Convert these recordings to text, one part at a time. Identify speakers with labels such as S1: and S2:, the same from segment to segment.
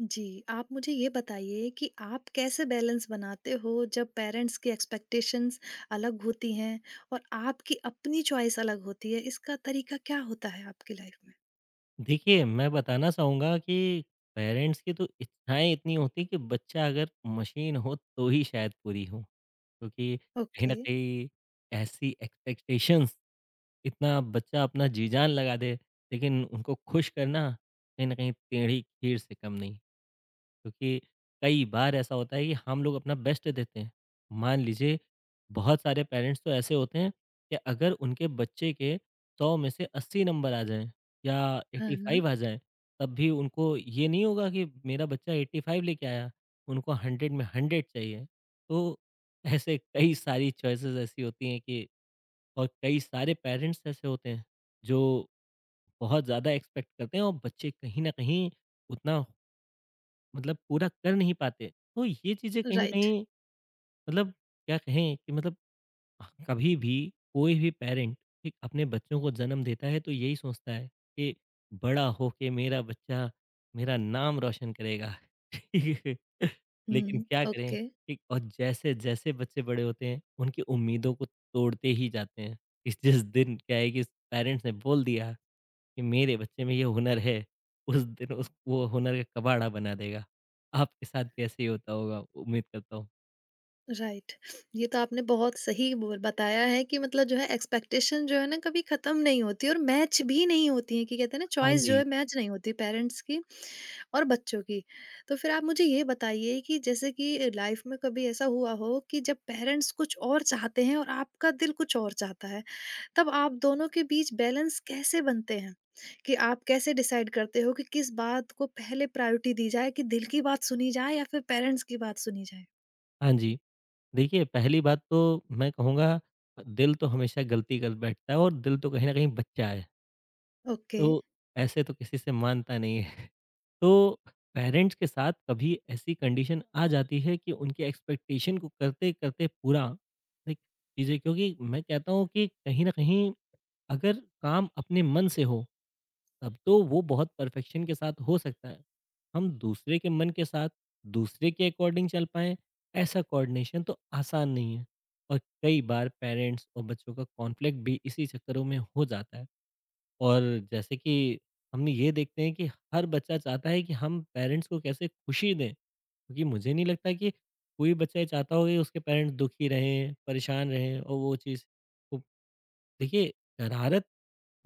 S1: जी, आप मुझे ये बताइए कि आप कैसे बैलेंस बनाते हो जब पेरेंट्स की एक्सपेक्टेशंस अलग होती हैं और आपकी अपनी चॉइस अलग होती है, इसका तरीका क्या होता है आपकी लाइफ में?
S2: देखिए, मैं बताना चाहूँगा कि पेरेंट्स की तो इच्छाएँ इतनी होती हैं कि बच्चा अगर मशीन हो तो ही शायद पूरी हो। क्योंकि कहीं न
S1: ओके।
S2: कहीं ऐसी एक्सपेक्टेशंस इतना बच्चा अपना जी जान लगा दे, लेकिन उनको खुश करना कहीं न कहीं टेढ़ी खीर से कम नहीं। क्योंकि कई बार ऐसा होता है कि हम लोग अपना बेस्ट देते हैं। मान लीजिए, बहुत सारे पेरेंट्स तो ऐसे होते हैं कि अगर उनके बच्चे के सौ में से अस्सी नंबर आ जाएं या
S1: हाँ,
S2: एट्टी
S1: हाँ।
S2: फाइव आ जाएं, तब भी उनको ये नहीं होगा कि मेरा बच्चा एट्टी फाइव लेके आया, उनको हंड्रेड में हंड्रेड चाहिए। तो ऐसे कई सारी चॉइसेस ऐसी होती हैं कि और कई सारे पेरेंट्स ऐसे होते हैं जो बहुत ज़्यादा एक्सपेक्ट करते हैं और बच्चे कहीं ना कहीं उतना मतलब पूरा कर नहीं पाते। तो ये चीज़ें कहीं न
S1: राइट।
S2: कहीं, मतलब क्या कहें कि मतलब, कभी भी कोई भी पेरेंट एक अपने बच्चों को जन्म देता है तो यही सोचता है कि बड़ा होके मेरा बच्चा मेरा नाम रोशन करेगा। ठीक है। लेकिन
S1: हुँ।
S2: क्या करें
S1: ओके।
S2: ठीक, और जैसे-जैसे बच्चे बड़े होते हैं उनकी उम्मीदों को तोड़ते ही जाते हैं। इस जिस दिन क्या है कि पेरेंट्स ने बोल दिया कि मेरे बच्चे में ये हुनर है, उस दिन उस वो हुनर का कबाड़ा बना देगा। आपके साथ भी ऐसे ही होता होगा, उम्मीद करता हूँ।
S1: राइट। ये तो आपने बहुत सही बोल बताया है कि मतलब जो है एक्सपेक्टेशन जो है ना कभी खत्म नहीं होती और मैच भी नहीं होती है कि कहते हैं ना
S2: हाँ
S1: चॉइस जो
S2: जी,
S1: है मैच नहीं होती पेरेंट्स की और बच्चों की। तो फिर आप मुझे ये बताइए कि जैसे कि लाइफ में कभी ऐसा हुआ हो कि जब पेरेंट्स कुछ और चाहते हैं और आपका दिल कुछ और चाहता है, तब आप दोनों के बीच बैलेंस कैसे बनते हैं? कि आप कैसे डिसाइड करते हो कि किस बात को पहले प्रायोरिटी दी जाए कि दिल की बात सुनी जाए या फिर पेरेंट्स की बात सुनी जाए?
S2: हाँ जी। देखिए, पहली बात तो मैं कहूँगा, दिल तो हमेशा गलती कर बैठता है और दिल तो कहीं न कहीं बच्चा है,
S1: ओके।
S2: तो ऐसे तो किसी से मानता नहीं है। तो पेरेंट्स के साथ कभी ऐसी कंडीशन आ जाती है कि उनके एक्सपेक्टेशन को करते-करते पूरा लाइक चीज़ें, क्योंकि मैं कहता हूँ कि कहीं न कहीं अगर काम अपने मन से हो तब तो वो बहुत परफेक्शन के साथ हो सकता है। हम दूसरे के मन के साथ, दूसरे के अकॉर्डिंग चल पाएँ, ऐसा कोऑर्डिनेशन तो आसान नहीं है। और कई बार पेरेंट्स और बच्चों का कॉन्फ्लिक्ट भी इसी चक्करों में हो जाता है। और जैसे कि हमने ये देखते हैं कि हर बच्चा चाहता है कि हम पेरेंट्स को कैसे खुशी दें, क्योंकि मुझे नहीं लगता कि कोई बच्चा ये चाहता होगा कि उसके पेरेंट्स दुखी रहें, परेशान रहें और वो चीज़। तो देखिए, शरारत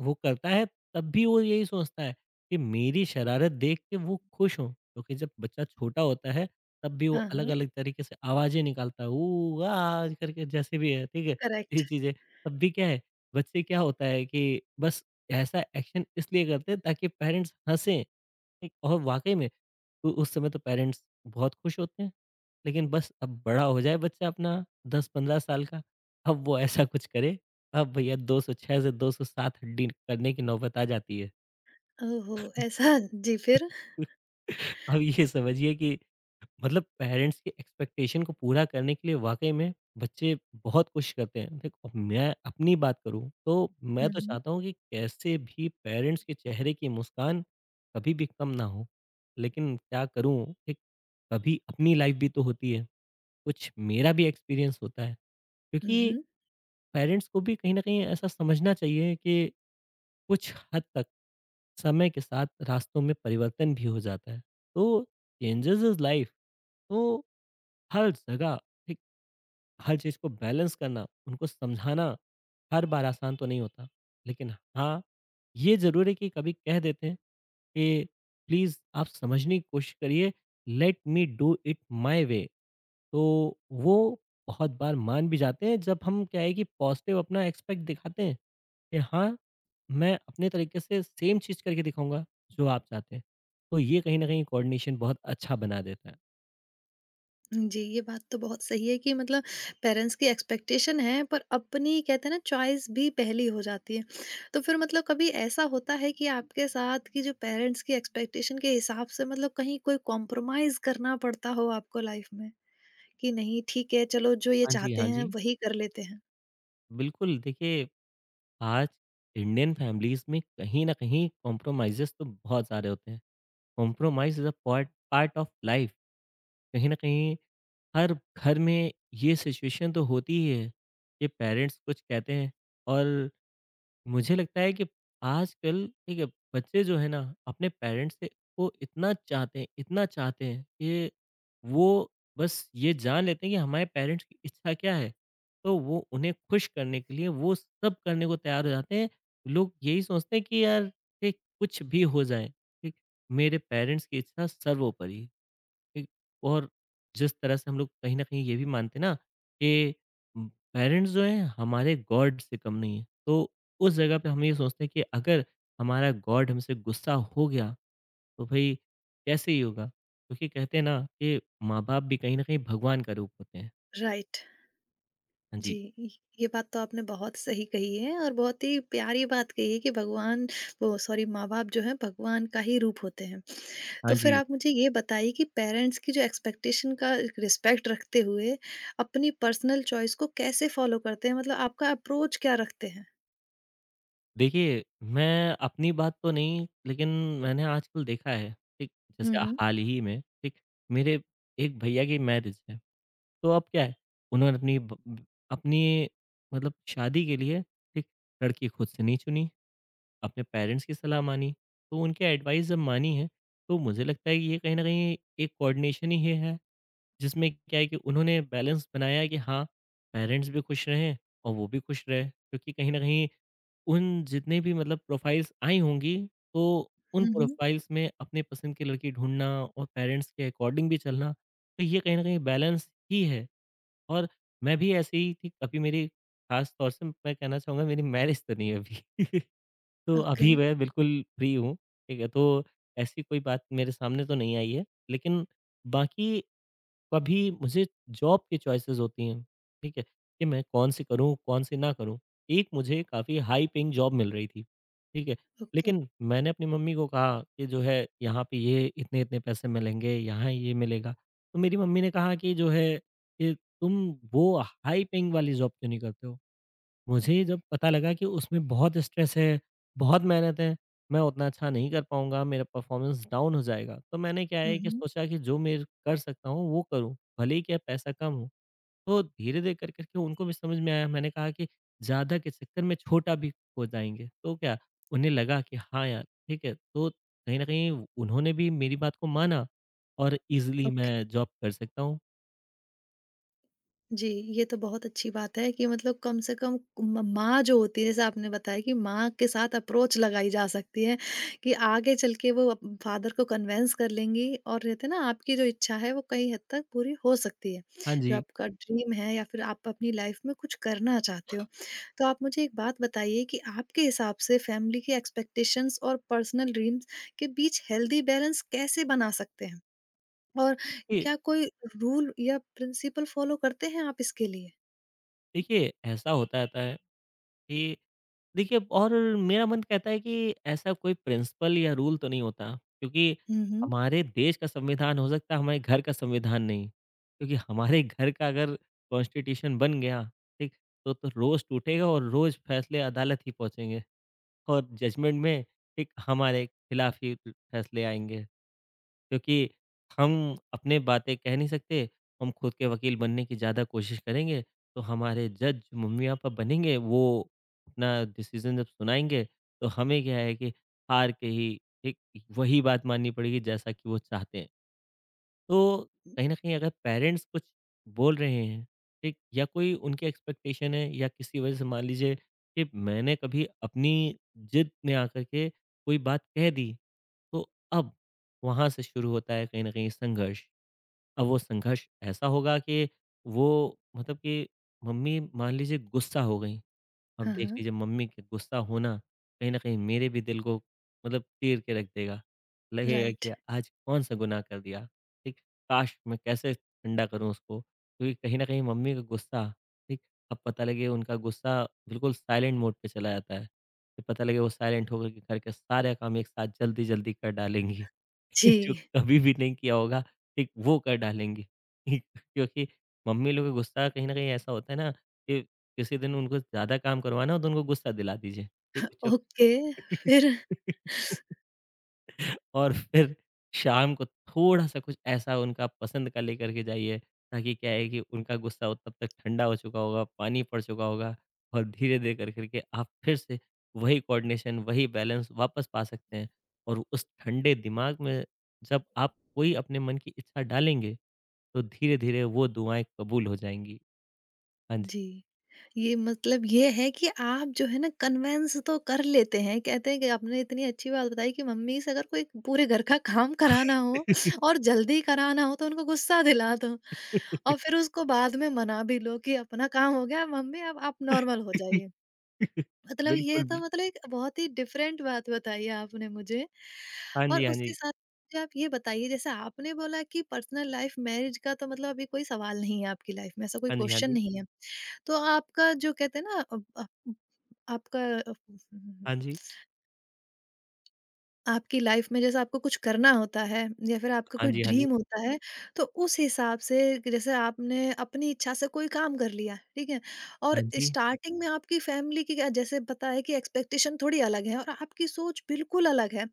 S2: वो करता है तब भी वो यही सोचता है कि मेरी शरारत देख के वो खुश हो, क्योंकि जब बच्चा छोटा होता है तब भी वो
S1: हाँ, हाँ।
S2: अलग-अलग तरीके से आवाज़ें निकालता है ऊ आ करके, जैसे भी है, ठीक है? ये
S1: करेक्ट।
S2: चीज़ें तब भी क्या है, बच्चे क्या होता है कि बस ऐसा एक्शन इसलिए करते हैं ताकि पेरेंट्स हँसें, ठीक? और वाक़ई में तो उस समय तो पेरेंट्स बहुत खुश होते हैं। लेकिन बस अब बड़ा हो जाए बच्चा अपना 10-15 साल का, अब वो ऐसा कुछ करे, अब भैया 206 से 207 हड्डी करने की नौबत आ जाती है।
S1: ओह हो! ऐसा जी फिर?
S2: अब ये समझिए कि मतलब पेरेंट्स की एक्सपेक्टेशन को पूरा करने के लिए वाक़ई में बच्चे बहुत कोशिश करते हैं। देखो, मैं अपनी बात करूँ तो मैं
S1: हुँ,
S2: तो
S1: हुँ।
S2: चाहता हूँ कि कैसे भी पेरेंट्स के चेहरे की मुस्कान कभी भी कम ना हो। लेकिन क्या करूँ, एक कभी अपनी लाइफ भी तो होती है, कुछ मेरा भी एक्सपीरियंस होता है।
S1: हुँ,
S2: क्योंकि
S1: हुँ।
S2: पेरेंट्स को भी कहीं न कहीं ऐसा समझना चाहिए कि कुछ हद तक समय के साथ रास्तों में परिवर्तन भी हो जाता है। तो चेंजेज़ इज़ लाइफ़, तो हर जगह ठीक, हर चीज़ को बैलेंस करना, उनको समझाना हर बार आसान तो नहीं होता। लेकिन हाँ, ये ज़रूर है कि कभी कह देते हैं कि प्लीज़ आप समझने की कोशिश करिए, let me do it my way. तो वो बहुत बार मान भी जाते हैं जब हम क्या है कि पॉजिटिव अपना एस्पेक्ट दिखाते हैं कि हाँ, मैं अपने तरीके से सेम चीज़ करके दिखाऊँगा जो आप चाहते हैं। तो ये कहीं न कहीं कोऑर्डिनेशन बहुत अच्छा बना देता है।
S1: जी, ये बात तो बहुत सही है कि मतलब पेरेंट्स की एक्सपेक्टेशन है पर अपनी कहते हैं ना चॉइस भी पहली हो जाती है। तो फिर मतलब कभी ऐसा होता है कि आपके साथ कि जो पेरेंट्स की एक्सपेक्टेशन के हिसाब से मतलब कहीं कोई कॉम्प्रोमाइज़ करना पड़ता हो आपको लाइफ में? कि नहीं ठीक है चलो जो ये
S2: हाँ जी,
S1: चाहते
S2: हाँ
S1: हैं
S2: जी।
S1: वही कर लेते हैं।
S2: बिल्कुल, देखिए, आज इंडियन फैमिलीज़ में कहीं न कहीं कॉम्प्रोमाइज़ेज़ तो बहुत सारे होते हैं। Compromise is a part part of life. कहीं न कहीं हर घर में ये सिचुएशन तो होती ही है कि पेरेंट्स कुछ कहते हैं, और मुझे लगता है कि आजकल ठीक है बच्चे जो है ना अपने पेरेंट्स से को इतना चाहते हैं कि वो बस ये जान लेते हैं कि हमारे पेरेंट्स की इच्छा क्या है, तो वो उन्हें खुश करने के लिए वो सब करने को तैयार हो जाते हैं। लोग यही सोचते हैं कि यार, ठीक कुछ भी हो जाए ठीक, मेरे पेरेंट्स की इच्छा सर्वोपरि, ठीक? और जिस तरह से हम लोग कहीं न कहीं ये भी मानते हैं ना कि उम, पेरेंट्स जो हैं हमारे गॉड से कम नहीं है। तो उस जगह पे हम ये सोचते हैं कि अगर हमारा गॉड हमसे गुस्सा हो गया, तो भई कैसे ही होगा? क्योंकि कहते हैं ना कि माँ-बाप भी कहीं न कहीं भगवान का रूप होते हैं।
S1: राइट।
S2: हाँ
S1: जी,
S2: जी,
S1: इ ये बात तो आपने बहुत सही कही है और बहुत ही प्यारी बात कही है कि भगवान वो सॉरी माँ-बाप जो हैं भगवान का ही रूप होते हैं।
S2: हाँ
S1: तो फिर
S2: जी।
S1: आप मुझे ये बताइए कि पेरेंट्स की जो एक्सपेक्टेशन का रिस्पेक्ट रखते हुए, अपनी पर्सनल चॉइस को कैसे फॉलो करते हैं? मतलब आपका अप्रोच क्या रखते हैं?
S2: देखिए, मैं अपनी बात तो नहीं, लेकिन मैंने आजकल देखा है, ठीक?
S1: हुँ,
S2: जैसे
S1: हुँ।
S2: हाल ही में, ठीक? मेरे एक भैया की मैरिज है। तो अब क्या है, उन्होंने अपनी ब ब अपनी मतलब शादी के लिए एक लड़की खुद से नहीं चुनी, अपने पेरेंट्स की सलाह मानी, तो उनकी एडवाइस जब मानी है, तो मुझे लगता है कि ये कहीं न कहीं एक कोऑर्डिनेशन ही ये है, जिसमें क्या है कि उन्होंने बैलेंस बनाया कि हाँ, पेरेंट्स भी खुश रहें और वो भी खुश रहे। क्योंकि कहीं न कहीं उन जितने भी मतलब प्रोफाइल्स आई होंगी, तो उन
S1: हुँ, हुँ।
S2: प्रोफाइल्स में अपने पसंद की लड़की ढूँढना और पेरेंट्स के अकॉर्डिंग भी चलना, तो ये कहीं न कहीं बैलेंस ही है। और मैं भी ऐसे ही थी अभी मेरी, खास तौर से मैं कहना चाहूँगा, मेरी मैरिज तो नहीं है अभी। तो
S1: ओके,
S2: अभी मैं बिल्कुल फ्री हूँ, ठीक है? तो ऐसी कोई बात मेरे सामने तो नहीं आई है। लेकिन बाकी कभी मुझे जॉब की चॉइसेस होती हैं, ठीक है? कि मैं कौन सी करूँ, कौन सी ना करूँ। एक मुझे काफ़ी हाई पेइंग जॉब मिल रही थी, ठीक है?
S1: ओके।
S2: लेकिन मैंने अपनी मम्मी को कहा कि जो है यहाँ पे ये इतने-इतने पैसे मिलेंगे, यहाँ ये मिलेगा। तो मेरी मम्मी ने कहा कि जो है कि तुम वो हाई पेइंग वाली जॉब क्यों नहीं करते हो? मुझे जब पता लगा कि उसमें बहुत स्ट्रेस है, बहुत मेहनत है, मैं उतना अच्छा नहीं कर पाऊँगा, मेरा परफ़ॉर्मेंस डाउन हो जाएगा। तो मैंने क्या
S1: हुँ,
S2: है कि
S1: हुँ।
S2: सोचा कि जो मैं कर सकता हूँ, वो करूँ, भले ही क्या पैसा कम हो। तो धीरे-धीरे कर करके उनको भी समझ में आया। मैंने कहा कि ज़्यादा के चक्कर में छोटा भी हो जाएँगे, तो क्या उन्हें लगा कि हाँ यार, ठीक है। तो कहीं न कहीं उन्होंने भी मेरी बात को माना और ईज़िली
S1: ओके।
S2: मैं जॉब कर सकता हूँ।
S1: जी, ये तो बहुत अच्छी बात है कि मतलब कम से कम म माँ जो होती है, जैसे आपने बताया कि माँ के साथ अप्रोच लगाई जा सकती है कि आगे चल के वो अप फ़ादर को कन्विन्स कर लेंगी और रहते हैं ना, आपकी जो इच्छा है, वो कई हद तक पूरी हो सकती है।
S2: हाँ
S1: जो
S2: जी,
S1: आपका ड्रीम है या फिर आप अपनी लाइफ़ में कुछ करना चाहते हो। तो आप मुझे एक बात बताइए कि आपके हिसाब से फैमिली के एक्सपेक्टेशंस और पर्सनल ड्रीम्स के बीच हेल्दी बैलेंस कैसे बना सकते हैं? और
S2: ये
S1: क्या कोई रूल या प्रिंसिपल फॉलो करते हैं आप इसके लिए?
S2: देखिए ऐसा होता रहता है कि देखिए, और मेरा मन कहता है कि ऐसा कोई प्रिंसिपल या रूल तो नहीं होता, क्योंकि
S1: हुँ, हुँ।
S2: हमारे देश का संविधान हो सकता है, हमारे घर का संविधान नहीं। क्योंकि हमारे घर का अगर कॉन्स्टिट्यूशन बन गया, ठीक, तो रोज टूटेगा और रोज फैसले अदालत ही पहुंचेंगे और जजमेंट में, ठीक, हमारे खिलाफ ही फैसले आएंगे। क्योंकि हम अपने बातें कह नहीं सकते, हम खुद के वकील बनने की ज़्यादा कोशिश करेंगे, तो हमारे जज मम्मी-पापा बनेंगे, वो अपना डिसीज़न जब सुनाएँगे, तो हमें क्या है कि हार के ही एक वही बात माननी पड़ेगी जैसा कि वो चाहते हैं। तो कहीं न कहीं अगर पेरेंट्स कुछ बोल रहे हैं, ठीक? या कोई उनकी एक्सपेक्टेशन है या किसी वजह से मान लीजिए कि मैंने कभी अपनी ज़िद में आकर के कोई बात कह दी। तो अब वहाँ से शुरू होता है कहीं न कहीं संघर्ष। अब वो संघर्ष ऐसा होगा कि वो मतलब कि मम्मी मान लीजिए गुस्सा हो गईं। अब
S1: हाँ,
S2: देख
S1: हाँ।
S2: लीजिए मम्मी के गुस्सा होना कहीं न कहीं मेरे भी दिल को मतलब चीर के रख देगा। लगेगा
S1: राइट।
S2: कि आज कौन-सा गुनाह कर दिया, ठीक? काश! मैं कैसे ठंडा करूँ उसको? क्योंकि कहीं न कहीं मम्मी का गुस्सा, ठीक? अब पता लगे उनका गुस्सा बिल्कुल साइलेंट मोड पे चला जाता है। फिर पता लगे वो साइलेंट होकर के घर के सारे काम एक साथ जल्दी-जल्दी कर डालेंगी। जो
S1: जी।
S2: कभी भी नहीं किया होगा, ठीक वो कर डालेंगी। ठीक। क्योंकि मम्मी लोग का गुस्सा कहीं न कहीं ऐसा होता है ना कि किसी दिन उनको ज़्यादा काम करवाना हो तो उनको गुस्सा दिला दीजिए। ठीक, वो चुप।
S1: ओके, फिर?
S2: और फिर शाम को थोड़ा-सा कुछ ऐसा उनका पसंद का लेकर के जाइए, ताकि क्या है कि उनका गुस्सा वो तब तक ठंडा हो चुका होगा, पानी पड़ चुका होगा और धीरे-धीरे कर कर के आप फिर से वही कोऑर्डिनेशन, वही बैलेंस वापस पा सकते हैं। और उस ठंडे दिमाग में जब आप कोई अपने मन की इच्छा डालेंगे, तो धीरे-धीरे वो दुआएँ कबूल हो जाएँगी। हाँ
S1: जी। ये मतलब ये है कि आप जो है ना कन्विन्स तो कर लेते हैं। कहते हैं कि आपने इतनी अच्छी बात बताई कि मम्मी से अगर कोई पूरे घर का काम कराना हो
S2: जी।
S1: और जल्दी कराना हो तो उनको गुस्सा दिला दो और फिर उसको बाद में मना भी लो कि अपना काम हो गया मम्मी अब आप नॉर्मल हो जाइए। मतलब ये
S2: बिल्कुल,
S1: तो
S2: बिल्कुल।
S1: मतलब एक बहुत ही डिफरेंट बात बताई आपने मुझे।
S2: हाँ
S1: और
S2: जी, हाँ
S1: उसके
S2: जी।
S1: साथ मुझे आप ये बताइए जैसे आपने बोला कि पर्सनल लाइफ मैरिज का तो मतलब अभी कोई सवाल नहीं है आपकी लाइफ में, ऐसा कोई
S2: हाँ जी, हाँ
S1: क्वेश्चन
S2: जी।
S1: नहीं है। तो आपका जो कहते हैं ना आपका
S2: हाँ जी।
S1: आपकी लाइफ में जैसे आपको कुछ करना होता है या फिर आपका
S2: हाँ
S1: कोई
S2: जी, हाँ जी।
S1: ड्रीम होता है तो उस हिसाब से कि जैसे आपने अपनी इच्छा से कोई काम कर लिया ठीक है
S2: हाँ
S1: और
S2: जी।
S1: स्टार्टिंग में आपकी फैमिली की क्या- जैसे पता है कि एक्सपेक्टेशन थोड़ी अलग है और आपकी सोच बिल्कुल अलग है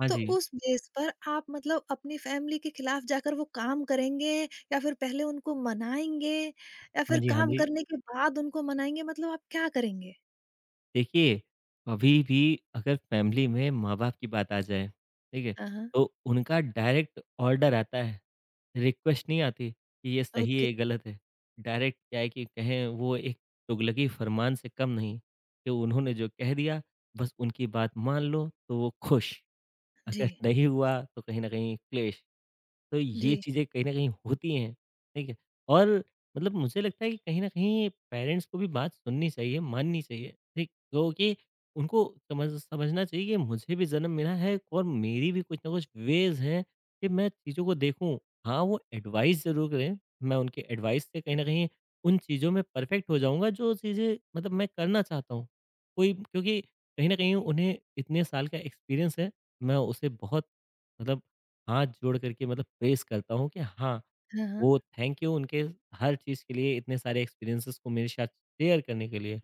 S2: हाँ
S1: तो
S2: जी।
S1: उस बेस पर आप मतलब अपनी फैमिली के खिलाफ जाकर वो काम करेंगे या फिर पहले उनको मनाएंगे या
S2: हाँ
S1: फिर
S2: जी, हाँ
S1: काम
S2: जी।
S1: करने के बाद उनको मनाएंगे मतलब आप क्या करेंगे?
S2: देखिए, कभी भी अगर फैमिली में माँ-बाप की बात आ जाए, ठीक है?
S1: हाँ।
S2: तो उनका डायरेक्ट ऑर्डर आता है, रिक्वेस्ट नहीं आती कि ये सही है,
S1: ओके।
S2: ये गलत है। डायरेक्ट क्या है कि कहें वो एक तुगलकी फरमान से कम नहीं, कि उन्होंने जो कह दिया, बस उनकी बात मान लो तो वो खुश।
S1: जी,
S2: अगर नहीं हुआ तो कहीं न कहीं क्लेश। तो ये
S1: जी।
S2: चीज़ें कहीं न कहीं होती हैं, ठीक है? और मतलब मुझे लगता है कि कहीं न कहीं पेरेंट्स को भी बात सुननी चाहिए, माननी चाहिए, ठीक? क्योंकि उनको समझना चाहिए कि मुझे भी जन्म मिला है और मेरी भी कुछ ना कुछ वेज़ हैं कि मैं चीज़ों को देखूँ। हाँ, वो एडवाइस ज़रूर करें, मैं उनके एडवाइस से कहीं न कहीं उन चीज़ों में परफेक्ट हो जाऊँगा जो चीज़ें मतलब मैं करना चाहता हूँ। कोई क्योंकि कहीं न कहीं उन्हें इतने साल का एक्सपीरियंस है। मैं उसे बहुत मतलब हाथ जोड़ करके मतलब प्रेज़ करता हूँ कि हाँ,
S1: हाँ, हाँ।
S2: वो थैंक यू उनके हर चीज़ के लिए इतने सारे एक्सपीरियंसेस को मेरे साथ शेयर करने के लिए।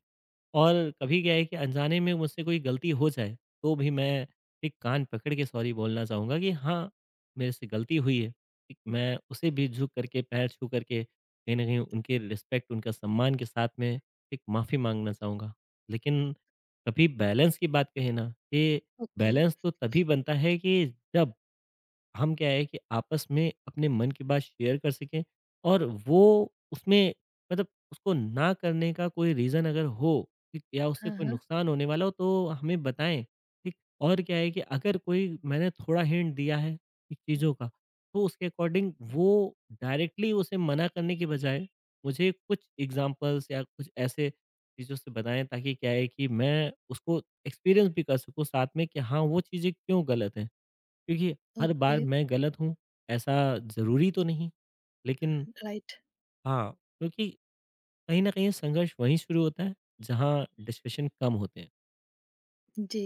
S2: और कभी क्या है कि अनजाने में मुझसे कोई गलती हो जाए, तो भी मैं एक कान पकड़ के सॉरी बोलना चाहूँगा कि हाँ, मेरे से गलती हुई है। एक मैं उसे भी झुक करके, पैर छू करके कहीं न कहीं उनके रिस्पेक्ट, उनका सम्मान के साथ में एक माफ़ी माँगना चाहूँगा। लेकिन कभी बैलेंस की बात कहें ना, ये
S1: ओके।
S2: बैलेंस तो तभी बनता है कि जब हम क्या है कि आपस में अपने मन की बात शेयर कर सकें और वो उसमें मतलब उसको ना करने का कोई रीज़न अगर हो, ठीक, या उससे
S1: हाँ,
S2: कोई
S1: हाँ।
S2: नुकसान होने वाला हो तो हमें बताएं, ठीक। और क्या है कि अगर कोई मैंने थोड़ा हिंट दिया है, ठीक, चीज़ों का, तो उसके अकॉर्डिंग वो डायरेक्टली उसे मना करने के बजाय मुझे कुछ एग्जांपल्स या कुछ ऐसे चीज़ों से बताएं, ताकि क्या है कि मैं उसको एक्सपीरियंस भी कर सकूं साथ में कि हाँ, वो चीज़ें क्यों गलत है। क्योंकि हर
S1: ओके,
S2: बार मैं गलत हूँ, ऐसा ज़रूरी तो नहीं, लेकिन
S1: राइट।
S2: हाँ, क्योंकि कहीं न कहीं संघर्ष वहीं शुरू होता है जहाँ डिस्कशन कम होते हैं।
S1: जी,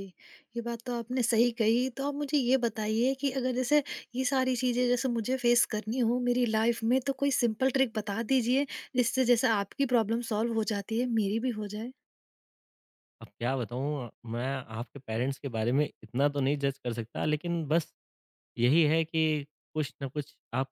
S1: ये बात तो आपने सही कही। तो आप मुझे ये बताइए कि अगर जैसे ये सारी चीज़ें जैसे मुझे फ़ेस करनी हो मेरी लाइफ़ में तो कोई सिंपल ट्रिक बता दीजिए जिससे जैसे आपकी प्रॉब्लम सॉल्व हो जाती है, मेरी भी हो जाए?
S2: अब क्या बताऊँ मैं, आपके पेरेंट्स के बारे में इतना तो नहीं जज कर सकता, लेकिन बस यही है कि कुछ न कुछ आप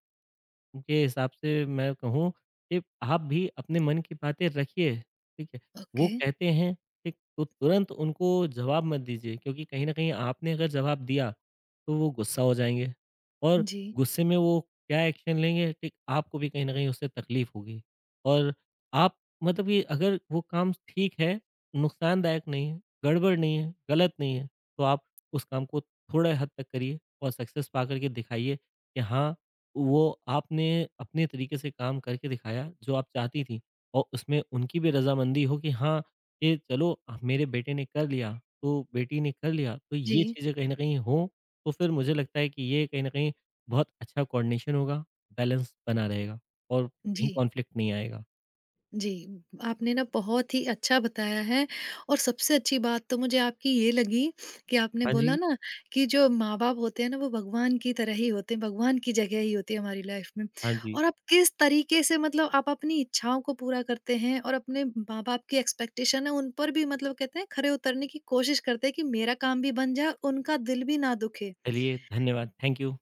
S2: उनके हिसाब से मैं कहूँ कि आप भी अपने मन की बातें रखिए, ठीक है? वो
S1: ओके।
S2: कहते हैं, ठीक, तो तुरंत उनको जवाब मत दीजिए, क्योंकि कहीं न कहीं आपने अगर जवाब दिया, तो वो गुस्सा हो जाएँगे और
S1: जी,
S2: गुस्से में वो क्या एक्शन लेंगे, ठीक, आपको भी कहीं न कहीं उससे तकलीफ़ होगी। और आप मतलब कि अगर वो काम ठीक है, नुकसानदायक नहीं है, गड़बड़ नहीं है, गलत नहीं है, तो आप उस काम को थोड़ा हद तक करिए और सक्सेस पा कर के दिखाइए कि हाँ, वो आपने अपने तरीके से काम करके दिखाया जो आप चाहती थी। और उसमें उनकी भी रज़ामंदी हो कि हाँ, ये चलो मेरे बेटे ने कर लिया, तो बेटी ने कर लिया, तो ये
S1: जी,
S2: चीज़ें कहीं न कहीं हों, तो फिर मुझे लगता है कि ये कहीं न कहीं बहुत अच्छा कोऑर्डिनेशन होगा, बैलेंस बना रहेगा और कहीं
S1: जी।
S2: कॉन्फ्लिक्ट नहीं आएगा।
S1: जी, आपने ना बहुत ही अच्छा बताया है और सबसे अच्छी बात तो मुझे आपकी ये लगी कि आपने
S2: हाँ
S1: बोला
S2: जी,
S1: ना कि जो माँ-बाप होते हैं ना वो भगवान की तरह ही होते हैं, भगवान की जगह ही होती है हमारी लाइफ़ में।
S2: हाँ जी।
S1: और आप किस तरीके से मतलब आप अपनी इच्छाओं को पूरा करते हैं और अपने माँ-बाप की एक्सपेक्टेशन है उन पर भी मतलब कहते हैं खरे उतरने की कोशिश करते हैं कि मेरा काम भी बन जाए, उनका दिल भी ना दुखे।
S2: चलिए धन्यवाद, थैंक यू।